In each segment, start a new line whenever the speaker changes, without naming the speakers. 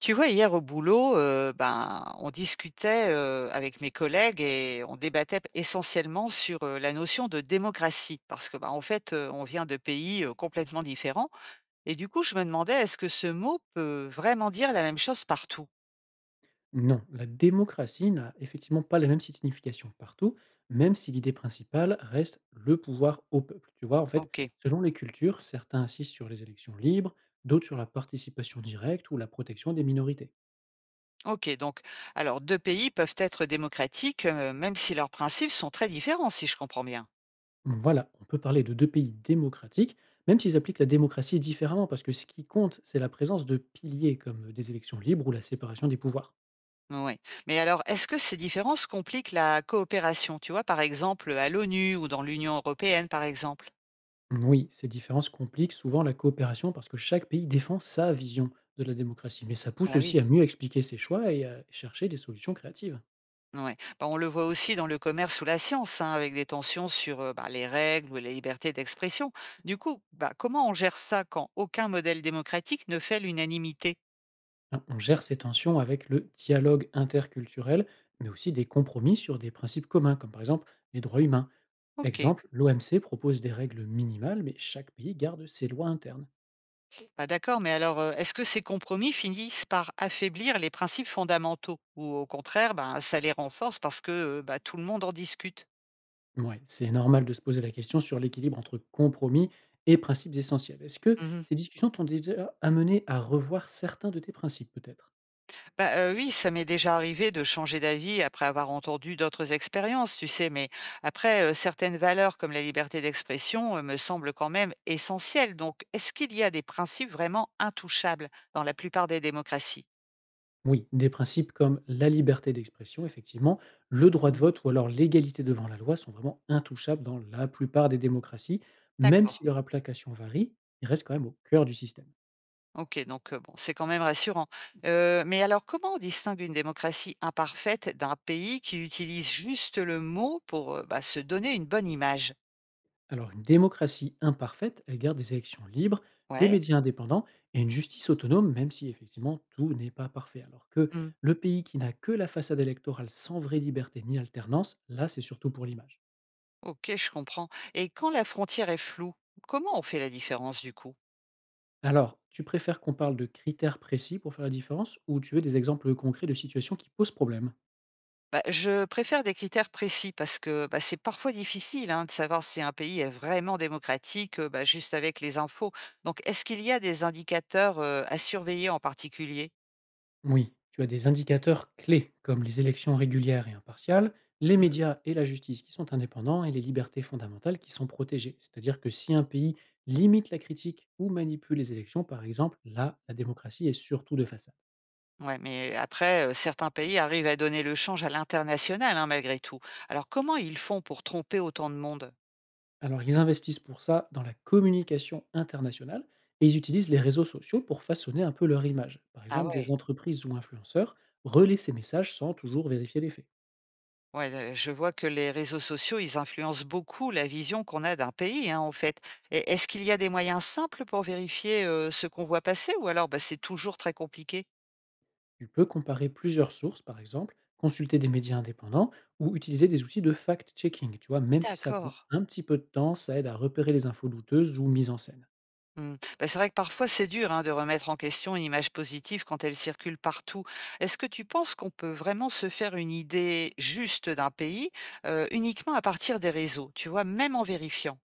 Tu vois, hier au boulot, on discutait avec mes collègues et on débattait essentiellement sur la notion de démocratie, parce que, on vient de pays complètement différents. Et du coup, je me demandais, est-ce que ce mot peut vraiment dire la même chose partout?
Non, la démocratie n'a effectivement pas la même signification partout, même si l'idée principale reste le pouvoir au peuple. Tu vois, en fait,
Ok,
selon les cultures, certains insistent sur les élections libres, d'autres sur la participation directe ou la protection des minorités.
ok. Donc, alors, deux pays peuvent être démocratiques, même si leurs principes sont très différents, si je comprends bien.
Voilà, on peut parler de deux pays démocratiques, même s'ils appliquent la démocratie différemment, parce que ce qui compte, c'est la présence de piliers comme des élections libres ou la séparation des pouvoirs.
Oui. Mais alors, est-ce que ces différences compliquent la coopération, tu vois, par exemple, à l'ONU ou dans l'Union européenne, par exemple?
Oui, ces différences compliquent souvent la coopération parce que chaque pays défend sa vision de la démocratie, mais ça pousse
Ah oui.
aussi à mieux expliquer ses choix et à chercher des solutions créatives.
Ouais. Bah, on le voit aussi dans le commerce ou la science, hein, avec des tensions sur bah, les règles ou la liberté d'expression. Du coup, bah, comment on gère ça quand aucun modèle démocratique ne fait l'unanimité.
Hein, on gère ces tensions avec le dialogue interculturel, mais aussi des compromis sur des principes communs, comme par exemple les droits humains.
Ok,
Exemple, l'OMC propose des règles minimales, mais chaque pays garde ses lois internes.
bah, d'accord, mais alors est-ce que ces compromis finissent par affaiblir les principes fondamentaux ou au contraire, bah, ça les renforce parce que bah, tout le monde en discute.
Ouais, c'est normal de se poser la question sur l'équilibre entre compromis et principes essentiels. Est-ce que ces discussions t'ont déjà amené à revoir certains de tes principes, peut-être?
Bah, oui, ça m'est déjà arrivé de changer d'avis après avoir entendu d'autres expériences, tu sais, mais après, certaines valeurs comme la liberté d'expression, me semblent quand même essentielles. Donc, est-ce qu'il y a des principes vraiment intouchables dans la plupart des démocraties?
Oui, des principes comme la liberté d'expression, effectivement, le droit de
Mmh.
vote ou alors l'égalité devant la loi sont vraiment intouchables dans la plupart des démocraties, même
D'accord.
si leur application varie, ils restent quand même au cœur du système.
OK, donc, bon, c'est quand même rassurant. Mais alors comment on distingue une démocratie imparfaite d'un pays qui utilise juste le mot pour, bah, se donner une bonne image?
Alors une démocratie imparfaite, elle garde des élections libres, des
Ouais.
médias indépendants et une justice autonome, même si effectivement tout n'est pas parfait. Alors que
Mmh.
le pays qui n'a que la façade électorale sans vraie liberté ni alternance, là c'est surtout pour l'image.
OK, je comprends. Et quand la frontière est floue, comment on fait la différence du coup?
Alors, tu préfères qu'on parle de critères précis pour faire la différence ou tu veux des exemples concrets de situations qui posent problème?
Bah, je préfère des critères précis parce que bah, c'est parfois difficile, hein, de savoir si un pays est vraiment démocratique, bah, juste avec les infos. Donc, est-ce qu'il y a des indicateurs à surveiller en particulier?
Oui, tu as des indicateurs clés comme les élections régulières et impartiales, les
Mhm.
médias et la justice qui sont indépendants et les libertés fondamentales qui sont protégées. C'est-à-dire que si un pays limite la critique ou manipule les élections, par exemple, là, la démocratie est surtout de façade.
Ouais, mais après, certains pays arrivent à donner le change à l'international, hein, malgré tout. Alors, comment ils font pour tromper autant de monde?
Alors, ils investissent pour ça dans la communication internationale et ils utilisent les réseaux sociaux pour façonner un peu leur image. Par
Ah
exemple, des
ouais.
entreprises ou influenceurs relaient ces messages sans toujours vérifier les faits.
Ouais, je vois que les réseaux sociaux, ils influencent beaucoup la vision qu'on a d'un pays, hein, en fait. Et est-ce qu'il y a des moyens simples pour vérifier, ce qu'on voit passer ou alors, bah, c'est toujours très compliqué?
Tu peux comparer plusieurs sources, par exemple, consulter des médias indépendants ou utiliser des outils de fact-checking. Tu vois, même si ça
D'accord.
prend un petit peu de temps, ça aide à repérer les infos douteuses ou mises en scène.
Mmh. Bah, c'est vrai que parfois c'est dur, hein, de remettre en question une image positive quand elle circule partout. Est-ce que tu penses qu'on peut vraiment se faire une idée juste d'un pays, uniquement à partir des réseaux, tu vois, même en vérifiant?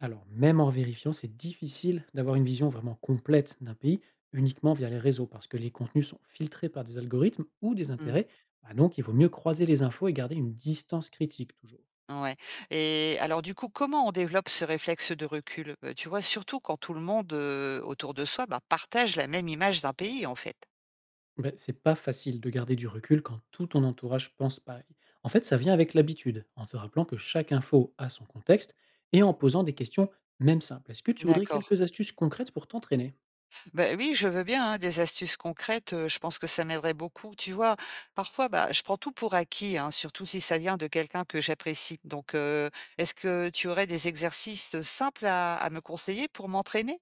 Alors, même en vérifiant, c'est difficile d'avoir une vision vraiment complète d'un pays uniquement via les réseaux parce que les contenus sont filtrés par des algorithmes ou des
Mmh.
intérêts. Bah donc, il vaut mieux croiser les infos et garder une distance critique toujours.
Ouais, et alors du coup, comment on développe ce réflexe de recul? Tu vois, surtout quand tout le monde, autour de soi, bah, partage la même image d'un pays, en fait?
Ben, c'est pas facile de garder du recul quand tout ton entourage pense pareil. En fait, ça vient avec l'habitude, en te rappelant que chaque info a son contexte et en posant des questions même simples. Est-ce que tu voudrais
D'accord.
quelques astuces concrètes pour t'entraîner?
Ben oui, je veux bien, hein, des astuces concrètes, je pense que ça m'aiderait beaucoup. Tu vois, parfois, bah, je prends tout pour acquis, hein, surtout si ça vient de quelqu'un que j'apprécie. Donc, est-ce que tu aurais des exercices, simples à me conseiller pour m'entraîner?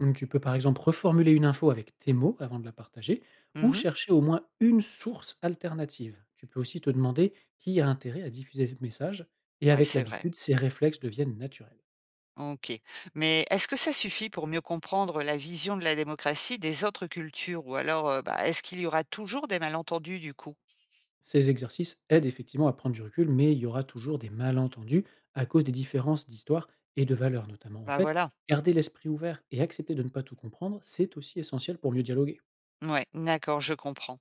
Mmh, tu peux par exemple reformuler une info avec tes mots avant de la partager ou
Mmh.
chercher au moins une source alternative. Tu peux aussi te demander qui a intérêt à diffuser ce message, et
Ouais,
avec
c'est vrai.
l'habitude, ces réflexes deviennent naturels.
OK. Mais est-ce que ça suffit pour mieux comprendre la vision de la démocratie des autres cultures? Ou alors, bah, est-ce qu'il y aura toujours des malentendus du coup?
Ces exercices aident effectivement à prendre du recul, mais il y aura toujours des malentendus à cause des différences d'histoire et de valeurs notamment. En
Bah,
fait,
voilà.
garder l'esprit ouvert et accepter de ne pas tout comprendre, c'est aussi essentiel pour mieux dialoguer.
Ouais, d'accord, je comprends.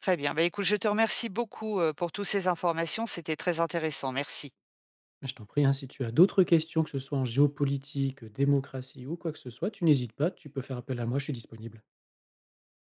Très bien. Bah, écoute, je te remercie beaucoup, pour toutes ces informations, c'était très intéressant. Merci.
Bah, je t'en prie, hein, si tu as d'autres questions, que ce soit en géopolitique, démocratie ou quoi que ce soit, tu n'hésites pas, tu peux faire appel à moi, je suis disponible.